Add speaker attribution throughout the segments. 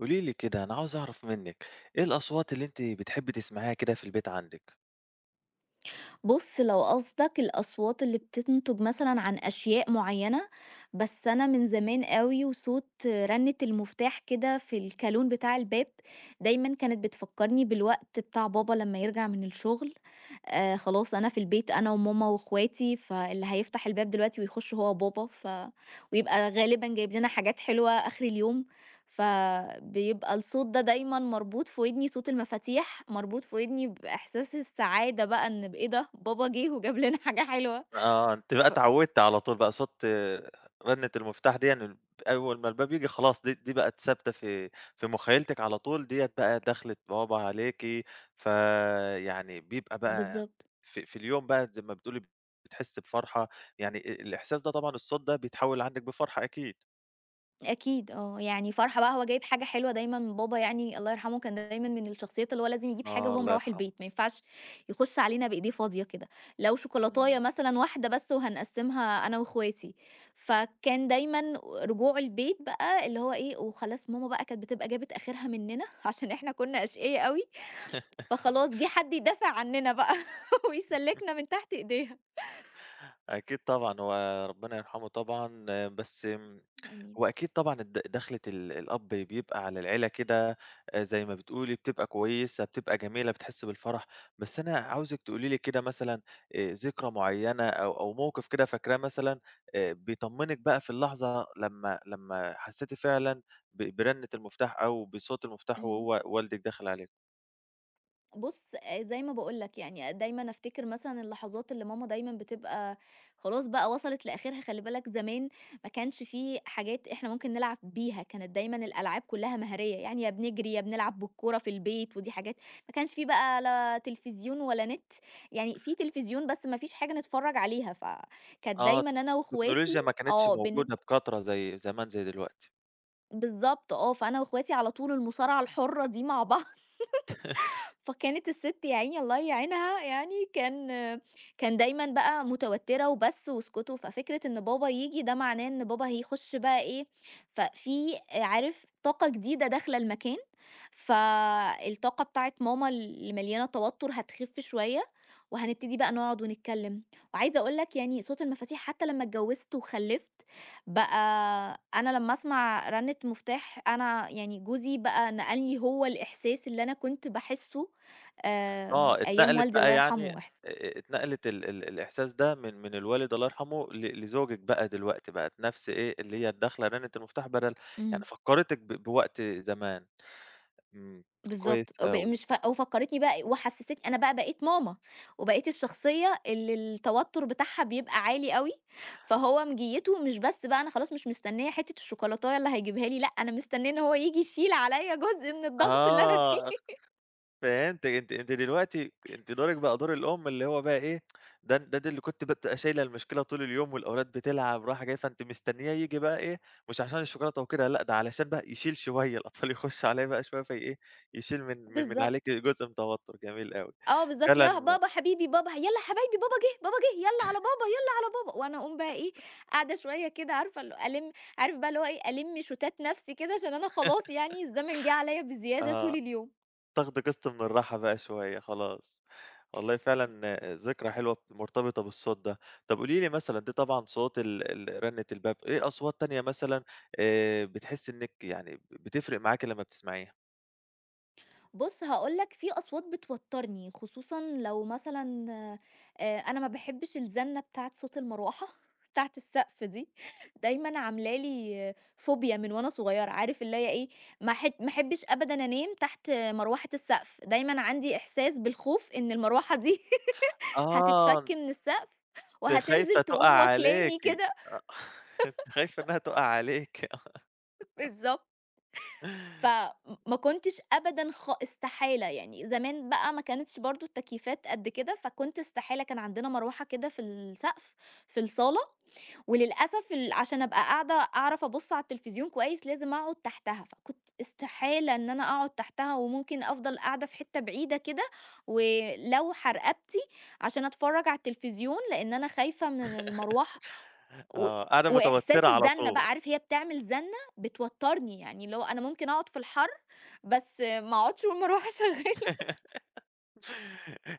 Speaker 1: قولي لي كده، أنا عاوز أعرف منِّك، إيه الأصوات اللي أنتِ بتحبّي تسمعيها كده في البيت عندِك؟
Speaker 2: بُص، لو قصدك الأصوات اللي بتنتج مثلًا عن أشياء معيّنة، بس أنا من زمان أوي وصوت رنة المفتاح كده في الكالون بتاع الباب، دايمًا كانت بتفكّرني بالوقت بتاع بابا لمّا يرجع من الشغل، خلاص أنا في البيت أنا وماما وأخواتي، فاللي هيفتح الباب دلوقتي ويخش هو بابا، ويبقى غالبًا جايب لنا حاجات حلوة آخر اليوم، فبيبقى الصوت ده دايمًا مربوط في ودني، صوت المفاتيح مربوط في ودني بإحساس السعادة بقى إن ب إيه ده، بابا جِه وجاب لنا حاجة حلوة،
Speaker 1: آه، أنتِ بقى
Speaker 2: ف
Speaker 1: اتعوّدتِ على طول بقى صوت رنة المفتاح ديًّا أول ما الباب ييجي خلاص دي بقت ثابتة في مُخيّلتِك على طول، ديّة بقى دخلِة بابا عليكِ، فيعني بيبقى بقى
Speaker 2: بالضبط.
Speaker 1: في اليوم بقى زي ما بتقولي بتحسّي بفرحة، يعني الإحساس ده طبعًا الصوت ده بيتحوّل عندِك بفرحة أكيد.
Speaker 2: أكيد آه، يعني فرحة بقى هو جايب حاجة حلوة دايمًا بابا يعني الله يرحمه كان دايمًا من الشخصيات اللي هو لازم يجيب حاجة
Speaker 1: آه،
Speaker 2: وهو
Speaker 1: الله
Speaker 2: مروّح
Speaker 1: يرحمه.
Speaker 2: البيت، ما ينفعش يخُش علينا بإيديه فاضية كده، لو شوكولاتاية
Speaker 1: إمم.
Speaker 2: مثلًا واحدة بس وهنقسّمها أنا وأخواتي، فكان دايمًا رجوعه البيت بقى اللي هو إيه، وخلاص ماما بقى كانت بتبقى جابت آخرها مننا عشان إحنا كُنّا أشقيا أوي، فخلاص جِه حد يدافع عننا بقى ويسلّكنا من تحت إيديها.
Speaker 1: أكيد طبعًا، هو ربنا يرحمه طبعًا، آه، بس
Speaker 2: آمين.
Speaker 1: هو أكيد طبعًا دخلة الأب بيبقى على العيلة كده. زي ما بتقولي بتبقى كويسة، بتبقى جميلة، بتحس بالفرح، بس أنا عاوزِك تقولي لي كده مثلًا ذكرى معيّنة أو موقف كده فاكراه مثلًا، بيطمنِك بقى في اللحظة لمّا حسيتِ فعلًا برنة المفتاح أو بصوت المفتاح
Speaker 2: إمم.
Speaker 1: وهو والدك داخل عليكم.
Speaker 2: بُص، زي ما باقول لك يعني دايمًا أفتكر مثلًا اللحظات اللي ماما دايمًا بتبقى خلاص بقى وصلت لآخرها، خلّي بالك زمان ما كانش في حاجات إحنا ممكن نلعب بيها، كانت دايمًا الألعاب كلّها مهارية، يعني يا بنجري يا بنلعب بالكورة في البيت، ودي حاجات ما كانش في بقى لا تلفزيون ولا نت، يعني في تلفزيون بس ما فيش حاجة نتفرّج عليها، فكانت
Speaker 1: آه،
Speaker 2: دايمًا أنا وأخواتي
Speaker 1: التكنولوجيا ما كانتش
Speaker 2: آه،
Speaker 1: موجودة
Speaker 2: بنبقى
Speaker 1: بكترة زي زمان زي دلوقتي.
Speaker 2: بالضبط آه، فأنا وأخواتي على طول المصارعة الحُرّة دي مع بعض فكانت الست يا عيني الله يعينها يعني كان دايمًا بقى متوتّرة وبس واسكتوا، ففكرة إن بابا ييجي ده معناه إن بابا هيخش بقى إيه، ففي عارف طاقة جديدة داخلة المكان، فالطاقة بتاعة ماما اللي مليانة توتّر هتخِف شوية، وهنبتدي بقى نقعد ونتكلّم. وعايزة أقول لك يعني صوت المفاتيح حتى لمّا اتجوّزت وخلّفت، بقى أنا لمّا أسمع رنّة مفتاح أنا يعني جوزي بقى نقل لي هو الإحساس اللي أنا كنت باحسّه آمم،
Speaker 1: آه،
Speaker 2: أيام
Speaker 1: اتنقلت
Speaker 2: والدي
Speaker 1: بقى
Speaker 2: الله
Speaker 1: يعني
Speaker 2: يرحمه وإحس
Speaker 1: اتنقلت ال ال الإحساس ده من الوالد الله يرحمه لزوجِك بقى دلوقتي، بقت نفس إيه، اللي هي الداخلة رنت المفتاح بدل يعني
Speaker 2: إمم.
Speaker 1: فكّرتِك بوقت زمان. إمم، كويس
Speaker 2: بالضبط، ب
Speaker 1: أوي.
Speaker 2: مش ف وفكّرتني بقى وحسّستني أنا بقى بقيت ماما، وبقيت الشخصية اللي التوتر بتاعها بيبقى عالي أوي، فهو مجيته مش بس بقى أنا خلاص مش مستنية حتّة الشوكولاتاية اللي هيجيبها لي، لأ أنا مستنية إن هو ييجي يشيل عليَّ جزء من الضغط اللي أنا فيه.
Speaker 1: آه. فهمتِك، أنتِ دلوقتي أنتِ دورِك بقى دور الأم اللي هو بقى إيه، ده اللي كنت بتبقى شايلة المشكلة طول اليوم والأولاد بتلعب رايحة جاية، فأنتِ مستنياه ييجي بقى إيه، مش عشان الشوكولاتة وكده، لأ ده علشان بقى يشيل شوية، الأطفال يخش عليه بقى شوية في إيه، يشيل من من من عليكِ
Speaker 2: بالضبط.
Speaker 1: جزء من توتر، جميل أوي.
Speaker 2: آه بالضبط، "ياه
Speaker 1: فعلًا
Speaker 2: بابا حبيبي بابا يالّا حبايبي بابا جِه، بابا جِه يالّا على بابا، يالّا على بابا." وأنا أقوم بقى إيه، قاعدة شوية كده عارفة ألِم عارف بقى اللي هو إيه، ألِم شوتات نَفْسي كده عشان أنا خلاص يعني الزمن جِه عليّا بزيادة طول
Speaker 1: آه.
Speaker 2: اليوم.
Speaker 1: تاخدي قسط من الراحة بقى شوية خلاص. والله فعلًا ذكرى حلوة مرتبطة بالصوت ده. طب قولي لي مثلًا دي طبعًا صوت ال ال رنة الباب، إيه أصوات تانية مثلًا بتحسّي إنِّك يعني بتفرق معاكِ لمّا بتسمعيها؟
Speaker 2: بُص هاقول لك في أصوات بتوتّرني، خصوصًا لو مثلًا أنا ما باحبّش الزنة بتاعة صوت المروحة، بتاعة السقف دي، دايمًا عاملة لي فوبيا من وأنا صغيّرة، عارف اللي هي إيه، ما احبّش أبدًا أنام تحت مروحة السقف، دايمًا عندي إحساس بالخوف إن المروحة دي هتتفك
Speaker 1: آه،
Speaker 2: من السقف
Speaker 1: أنتِ
Speaker 2: وهتنزل
Speaker 1: خايفة تُقع
Speaker 2: تقوم
Speaker 1: عليكِ.
Speaker 2: واكلاني كده
Speaker 1: آه، أنتِ خايفة إنّها تُقع عليكِ.
Speaker 2: بالضبط. فما كنتش أبدًا خ استحالة يعني زمان بقى ما كانتش برضه التكييفات قد كده، فكنت استحالة كان عندنا مروحة كده في السقف في الصالة وللأسف ال عشان أبقى قاعدة أعرف أبُص على التلفزيون كويس لازم أقعد تحتها، فكنت استحالة إن أنا أقعد تحتها وممكن أفضل قاعدة في حتّة بعيدة كده ولوحة رقبتي عشان أتفرّج على التلفزيون، لإن أنا خايفة من المروحة و
Speaker 1: آه، قاعدة متوتّرة
Speaker 2: وإحساس
Speaker 1: على
Speaker 2: الزنّة بقى،
Speaker 1: طول.
Speaker 2: عارف هي بتعمل زنّة بتوتّرني، يعني اللي هو أنا ممكن أقعد في الحَر بس ما أقعدش والمروحة شغّالة.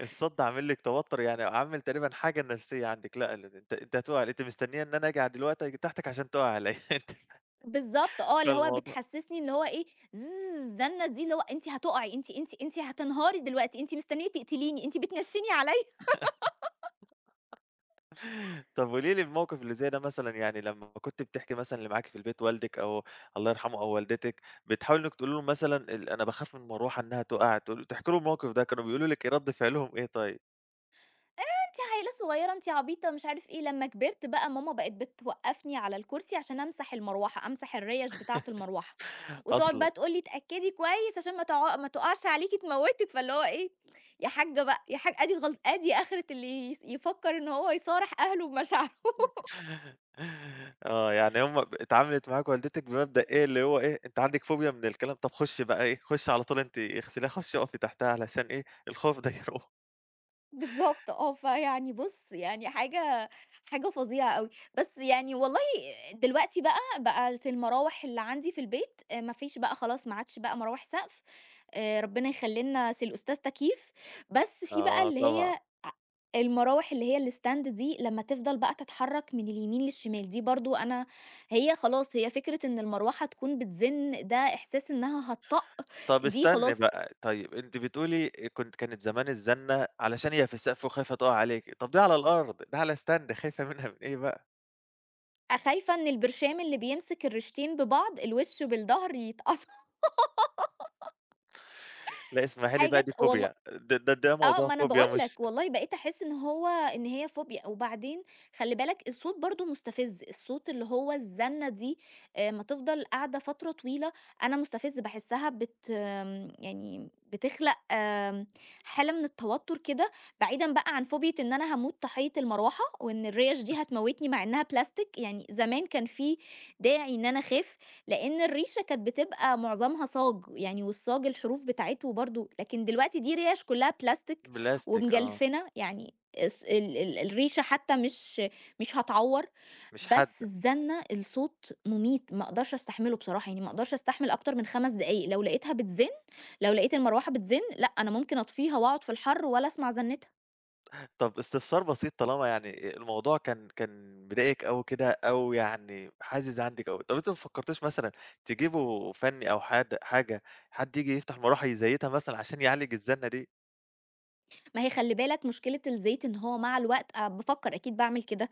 Speaker 1: الصدّ عامل لِك توتُّر، يعني عامل تقريبًا حاجة نفسية عندِك، لأ أنتِ هتُقعي، أنتِ مستنية إن أنا آجي على دلوقتي آجي تحتِك عشان تُقعي عليَّ، أنتِ
Speaker 2: بالضبط آه، اللي
Speaker 1: فاهمة
Speaker 2: هو
Speaker 1: الموضوع.
Speaker 2: بتحسسني اللي هو إيه، الزنة دي اللي هو أنتِ هتقعي، أنتِ هتنهاري دلوقتي، أنتِ مستنية تقتليني، أنتِ بتنشّني عليَّ
Speaker 1: طَب قولي لي الموقف اللي زي ده مثلًا يعني لمّا كنتِ بتحكي مثلًا اللي معاكِ في البيت والدِك أو الله يرحمه أو والدتِك، بتحاولي إنِّك تقولي لهم مثلًا أنا باخاف من المروحة إنها تُقع، تحكي لهم الموقف ده، كانوا بيقولوا لِك إيه، رَد فعلهم إيه طيب
Speaker 2: عيلة صغيرة، أنتِ عبيطة، مش عارف إيه. لمّا كبرت بقى ماما بقت بتوقّفني على الكرسي عشان أمسح المروحة، أمسح الريش بتاعة المروحة، وتقعد
Speaker 1: أصلًا؟
Speaker 2: بقى تقول لي اتأكدي كويس عشان ما تقعش عليكِ تموتِك، فاللي هو إيه، يا حاجة بقى، يا حاج أدي أدي آخرة اللي يفكر إن هو يصارح أهله بمشاعره.
Speaker 1: آه، يعني هم اتعاملت معاك والدتِك بمبدأ إيه، اللي هو إيه، أنتِ عندِك فوبيا من الكلام، طَب خُشّي بقى إيه، خُشّي على طول أنتِ اغسليها، خُشّي اقفي تحتها علشان إيه، الخوف ده يروح.
Speaker 2: بالضبط آه، فيعني بُص، يعني حاجة فظيعة أوي، بس يعني والله دلوقتي بقى بقت المراوح اللي عندي في البيت ما فيش بقى خلاص ما عادش بقى مراوح سقف ربنا يخلّي لنا سي الأستاذ تكييف، بس في بقى
Speaker 1: آه
Speaker 2: اللي
Speaker 1: طبعًا.
Speaker 2: هي أ المراوح اللي هي الstand دي لمّا تفضل بقى تتحرك من اليمين للشمال، دي برضه أنا خلاص هي فكرة إن المروحة تكون بتزِن ده إحساس إنها هتطَّق
Speaker 1: طَب
Speaker 2: دي
Speaker 1: استني
Speaker 2: خلاص
Speaker 1: بقى، طيب أنتِ بتقولي كانت زمان الزَنّة علشان هي في السقف وخايفة تُقع عليكِ، طَب دي على الأرض، ده على stand خايفة منها من إيه بقى؟
Speaker 2: خايفة إن البرشام اللي بيمسك الريشتين ببعض، الوِش بالضهر يتقطع
Speaker 1: لأ اسمعي لي
Speaker 2: حاجة
Speaker 1: بقى دي
Speaker 2: ك والل
Speaker 1: فوبيا، ده
Speaker 2: آه،
Speaker 1: موضوع
Speaker 2: ما أنا
Speaker 1: فوبيا
Speaker 2: باقول
Speaker 1: مش
Speaker 2: لك، والله بقيت أحس إن هي فوبيا، وبعدين خلّي بالك الصوت برضه مستفز، الصوت اللي هو الزنة دي أمّا تفضل قاعدة فترة طويلة، أنا مستفز باحسّها بت آمم يعني بتخلق حالة من التوتر كده، بعيدًا بقى عن فوبيا إن أنا هاموت طاحية المروحة، وإن الريش دي هتموتني مع إنها بلاستيك، يعني زمان كان في داعي إن أنا أخاف لإن الريشة كانت بتبقى معظمها صاج، يعني والصاج الحروف بتاعته برضه لكن دلوقتي دي ريش كلّها بلاستيك
Speaker 1: بلاستيك، آه،
Speaker 2: ومجلفِنة، يعني الص ال ال الريشة حتى مش هتعوّر،
Speaker 1: مش حد.
Speaker 2: بس الزنة الصوت مُميت، ما أقدرش أستحمله بصراحة، يعني ما أقدرش أستحمل أكتر من 5 دقايق، لو لقيتها بتزِن لو لقيت المروحة بتزِن لأ، أنا ممكن أطفيها وأقعد في الحَر ولا أسمع زنِّتها.
Speaker 1: طب استفسار بسيط طالما يعني الموضوع كان مضايقِك أوي كده أو يعني حازز عندِك أوي، طب أنتِ ما فكرتيش مثلًا تجيبوا فني أو حاجة حد ييجي يفتح مروحة يزيتها مثلًا عشان يعالج الزنة دي؟
Speaker 2: ما هي خلّي بالك مشكلة الزيت إن هو مع الوقت أ بافكّر أكيد باعمل كده،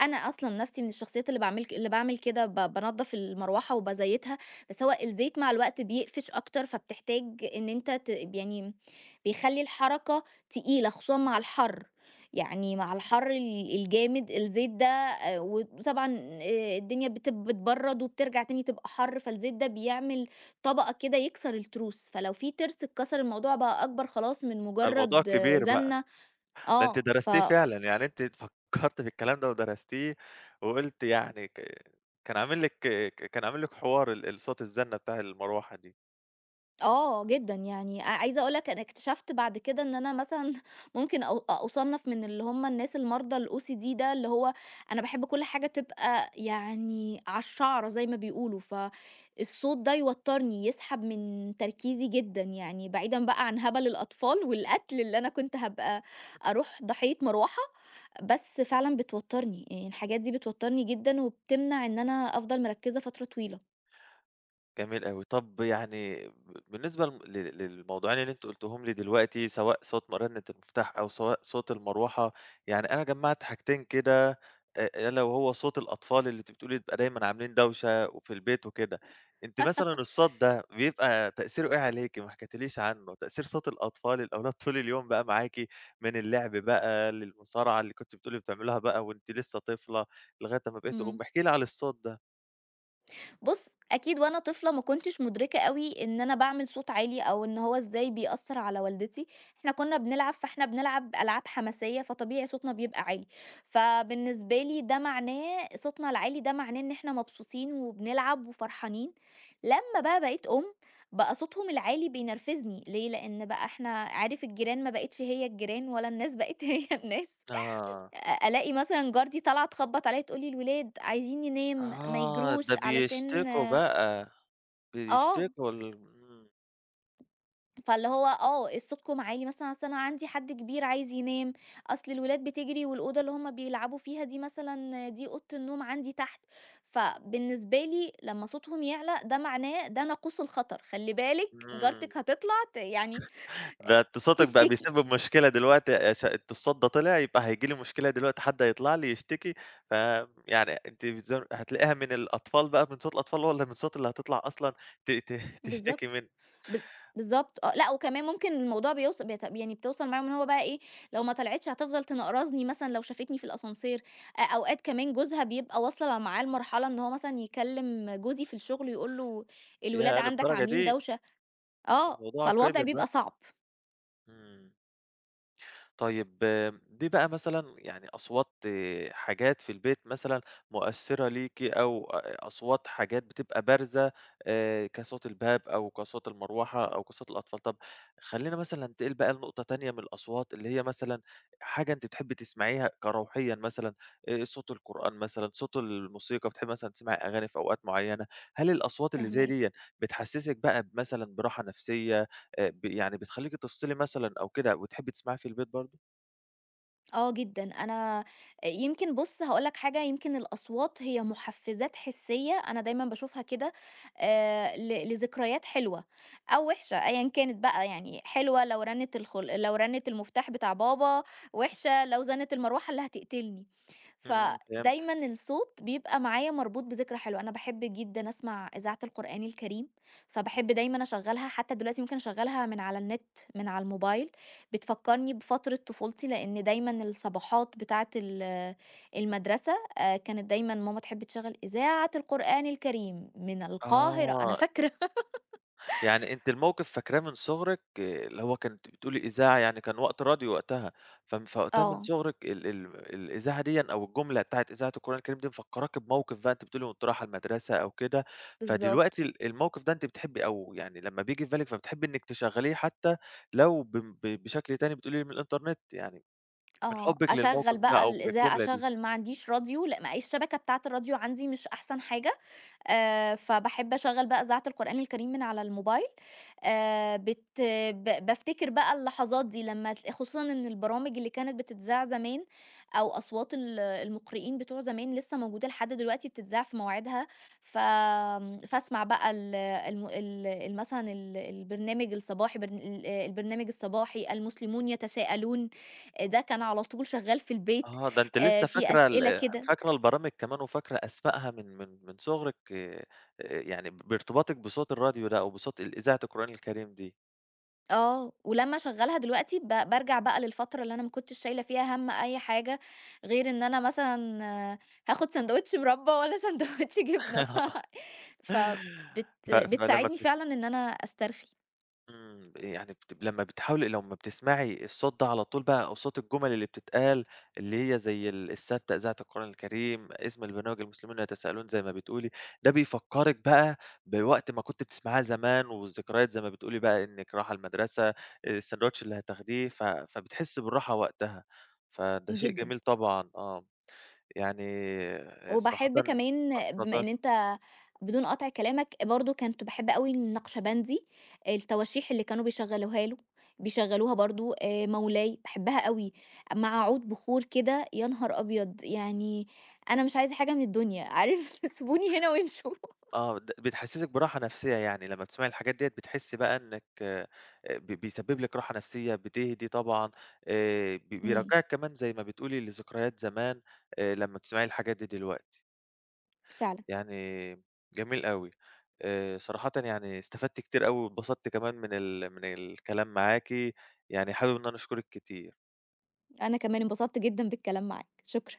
Speaker 2: أنا أصلًا نَفْسي من الشخصيات اللي باعمل ك اللي باعمل كده بانضّف المروحة وبازيّتها، بس هو الزيت مع الوقت بيقفش أكتر، فبتحتاج إن أنت ت يعني بيخلّي الحركة تقيلة خصوصًا مع الحَر، يعني مع الحَر الجامد الزيت ده وطبعًا الدنيا بتبرّد وبترجع تاني تبقى حَر، فالزيت ده بيعمل طبقة كده يكسر التروس، فلو في تِرس اتكسر الموضوع بقى أكبر خلاص من
Speaker 1: ده الموضوع
Speaker 2: مُجرّد
Speaker 1: كبير بقى،
Speaker 2: زنة
Speaker 1: ده أنتِ
Speaker 2: آه،
Speaker 1: درستيه فعلًا، يعني أنتِ فكرتِ في الكلام ده ودرستيه وقُلتِ يعني كان عامل لِك كان عامل لِك حوار ال ال صوت الزنة بتاع المروحة دي.
Speaker 2: آه جدًا، يعني عايزة أقول لك أنا اكتشفت بعد كده إن أنا مثلًا ممكن أو أُصنَّف من اللي هم الناس المرضى الOCD ده، اللي هو أنا باحب كل حاجة تبقى يعني على الشعرة زي ما بيقولوا، فالصوت ده يوتّرني، يسحب من تركيزي جدًا يعني، بعيدًا بقى عن هبل الأطفال والقتل اللي أنا كنت هابقى أروح ضحية مروحة، بس فعلًا بتوتّرني، يعني الحاجات دي بتوتّرني جدًا وبتمنع إن أنا أفضل مركّزة فترة طويلة.
Speaker 1: جميل أوي. طب يعني بالنسبة لم لل للموضوعين اللي أنتم قُلتُهم لي دلوقتي، سواء صوت مرنة المفتاح أو سواء صوت المروحة، يعني أنا جمّعت حاجتين كده ألا وهو صوت الأطفال اللي أنتِ بتقولي بيبقى دايمًا عاملين دوشة وفي البيت وكده. أنتِ مثلًا الصوت ده بيبقى تأثيره إيه عليكِ؟ ما حكيتيليش عنه. تأثير صوت الأطفال، الأولاد طول اليوم بقى معاكِ، من اللعب بقى للمصارعة اللي كنتِ بتقولي بتعملوها بقى وأنتِ لسه طفلة لغاية أمّا بقيتِ أم،
Speaker 2: إمم.
Speaker 1: احكي لي على الصوت ده.
Speaker 2: بُص، أكيد وأنا طفلة ما كنتش مُدركة أوي إن أنا باعمل صوت عالي أو إن هو إزاي بيأثّر على والدتي، إحنا كنا بنلعب، فإحنا بنلعب ألعاب حماسية، فطبيعي صوتنا بيبقى عالي. فبالنسبة لي ده معناه صوتنا العالي ده معناه إن إحنا مبسوطين وبنلعب وفرحانين. لمّا بقى بقيت أُم، بقى صوتهم العالي بينرفزني، ليه؟ لإن بقى إحنا عارف الجيران ما بقِتش هي الجيران ولا الناس بقِت هي الناس.
Speaker 1: آه.
Speaker 2: ألاقي مثلًا جارتي طالعة تخبّط عليّا تقول لي: "الولاد عايزين ينام، ما
Speaker 1: آه، ده
Speaker 2: يجروش علشان"
Speaker 1: بيشتكوا بقى،
Speaker 2: آه،
Speaker 1: بيشتكوا إمم.
Speaker 2: فاللي هو آه، صوتكم عالي مثلًا أصل أنا عندي حد كبير عايز ينام، أصل الولاد بتجري والأوضة اللي هُم بيلعبوا فيها دي أوضة النوم عندي تحت، فبالنسبة لي لمّا صوتهم يعلى ده معناه ده ناقوس الخطر، خلّي بالِك
Speaker 1: إمم،
Speaker 2: جارتِك هتطلع يعني
Speaker 1: ده اتصالِك بقى
Speaker 2: تشتكي.
Speaker 1: بيسبب مشكلة دلوقتي عشان اتصال ده طلع يبقى هييجي لي مشكلة دلوقتي، حد هيطلع لي يشتكي، ف يعني أنتِ هتلاقيها من الأطفال بقى، من صوت الأطفال والّا من صوت اللي هتطلع أصلًا ت ت تشتكي
Speaker 2: بالضبط.
Speaker 1: منه؟
Speaker 2: بالض بالضبط آه، لأ وكمان ممكن الموضوع بيوص بيت يعني بتوصل معاهم إن هو بقى إيه، لو ما طلعتش هتفضل تنقرصني مثلًا لو شافتني في الascenseur أوقات كمان جوزها بيبقى واصلة معاه لمرحلة إن هو مثلًا يكلم جوزي في الشغل يقول له الولاد
Speaker 1: ياه
Speaker 2: عندك
Speaker 1: للدرجة
Speaker 2: عاملين
Speaker 1: دي!
Speaker 2: دوشة، آه،
Speaker 1: الموضوع
Speaker 2: فالوضع
Speaker 1: كِبِر بقى.
Speaker 2: بيبقى صعب.
Speaker 1: إمم. طيب دي بقى مثلًا يعني أصوات آه، حاجات في البيت مثلًا مؤثّرة ليكِ أو أصوات حاجات بتبقى بارزة، كصوت الباب أو كصوت المروحة أو كصوت الأطفال، طب خلّينا مثلًا ننتقل بقى لنقطة تانية من الأصوات اللي هي مثلًا حاجة أنتِ بتحبّي تسمعيها كروحيًا مثلًا، صوت القرآن مثلًا، صوت الموسيقى، بتحبّي مثلًا تسمعي أغاني في أوقات معيّنة، هل الأصوات اللي زي
Speaker 2: فاهماك.
Speaker 1: ديًّا بتحسّسِك بقى مثلًا براحة نفسية، ب يعني بتخلّيكِ تفصلي مثلًا أو كده وتحبّي تسمعيها في البيت برضه؟
Speaker 2: آه جدًا، أنا يمكن بُص هاقول لك حاجة، يمكن الأصوات هي محفزات حسية، أنا دايمًا باشوفها كده لذكريات حلوة أو وحشة أيًا كانت بقى، يعني حلوة لو رنت الخل لو رنت المفتاح بتاع بابا، وحشة لو زنت المروحة اللي هتقتلني.
Speaker 1: إمم، فهمتِك.
Speaker 2: فدايمًا الصوت بيبقى معايا مربوط بذكرى حلوة، أنا باحب جدًا أسمع إذاعة القرآن الكريم، فباحب دايمًا أشغّلها حتى دلوقتي ممكن أشغّلها من على النت، من على الموبايل، بتفكّرني بفترة طفولتي، لإن دايمًا الصباحات بتاعة المدرسة كانت دايمًا ماما تحب تشغّل إذاعة القرآن الكريم من القاهرة، أنا
Speaker 1: آه،
Speaker 2: فاكرة
Speaker 1: يعني أنتِ الموقف فاكراه من صغرِك اللي هو كنتِ بتقولي إذاعة يعني كان وقت راديو وقتها، فم فوقتها من
Speaker 2: آه،
Speaker 1: صغرِك ال ال الإذاعة ديًا أو الجملة بتاعة إذاعة القرآن الكريم دي مفكّراكِ بموقف بقى أنتِ بتقولي وأنتِ رايحة المدرسة أو كده، فدلوقتي
Speaker 2: بالضبط.
Speaker 1: الموقف ده أنتِ بتحبي أو يعني لمّا بييجي في بالِك فبتحبي إنِّك تشغّليه حتى لو ب بشكل تاني بتقولي لي من الإنترنت، يعني من
Speaker 2: آه،
Speaker 1: حُبِّك للموقف
Speaker 2: أشغّل
Speaker 1: ده
Speaker 2: بقى
Speaker 1: أو من
Speaker 2: الإذاعة،
Speaker 1: الجملة دي.
Speaker 2: أشغّل ما عنديش راديو، لأ ما الشبكة بتاعة الراديو عندي مش أحسن حاجة، فباحب أشغّل بقى إذاعة القرآن الكريم من على الموبايل، بت ب بافتكر بقى اللحظات دي لمّا تل خصوصًا إن البرامج اللي كانت بتتذاع زمان أو أصوات المقرئين بتوع زمان لسه موجودة لحد دلوقتي بتتذاع في مواعيدها، ف آمم، فاسمع بقى ال الم ال ال مثلًا ال البرنامج الصباحي برن ال البرنامج الصباحي، المسلمون يتساءلون. ده كان على طول شغال في البيت
Speaker 1: آه، ده أنتِ لسه
Speaker 2: في
Speaker 1: فاكرة
Speaker 2: أسئلة كده
Speaker 1: فاكرة البرامج كمان وفاكرة أسمائها من صغرِك، يعني بارتباطِك بصوت الراديو ده أو بصوت إذاعة القرآن الكريم دي.
Speaker 2: آه، ولمّا أشغّلها دلوقتي بارجع بقى للفترة اللي أنا ما كنتش شايلة فيها هَم أي حاجة، غير إن أنا مثلًا آه، هاخد ساندوتش مربى والّا ساندوتش جبنة
Speaker 1: ف فلمّا
Speaker 2: بتساعدني فعلًا إن أنا أسترخي
Speaker 1: إمم، يعني لمّا بتحاولي لمّا بتسمعي الصوت ده على طول بقى أو صوت الجُمل اللي بتتقال، اللي هي زي الستّة إذاعة القرآن الكريم، اسم البرنامج المسلمون يتساءلون زي ما بتقولي، ده بيفكّرِك بقى بوقت ما كنتِ بتسمعيها زمان والذكريات زي ما بتقولي بقى إنِّك رايحة المدرسة، الساندوتش اللي هتاخديه، ف فبتحسّي بالراحة وقتها، فده شيء
Speaker 2: جدًا.
Speaker 1: جميل طبعًا، آه، يعني صراحةً
Speaker 2: وباحب كمان بما
Speaker 1: اتفضّلي.
Speaker 2: إن أنت بدون قطع كلامك، برضه كنت باحب أوي النقشبندي، التواشيح اللي كانوا بيشغّلوها له بيشغّلوها برضه مولاي، باحبها أوي، مع عود بخور كده يا نهار أبيض! يعني أنا مش عايزة حاجة من الدنيا عارف سيبوني هنا وامشوا.
Speaker 1: آه، بتحسّسِك براحة نفسية يعني، لمّا بتسمعي الحاجات ديّة بتحسّي بقى إنِّك ب بيسبب لِك راحة نفسية، بتهدي طبعًا، ب
Speaker 2: إمم،
Speaker 1: بيرجّعِك كمان زي ما بتقولي لذكريات زمان، لمّا بتسمعي الحاجات دي دلوقتي،
Speaker 2: فعلًا،
Speaker 1: يعني جميل أوي. صراحةً يعني استفدت كتير أوي واتبسطت كمان من الكلام معاكِ، يعني حابب إن أنا أشكرِك كتير.
Speaker 2: أنا كمان انبسطت جدًا بالكلام معاك، شكرًا.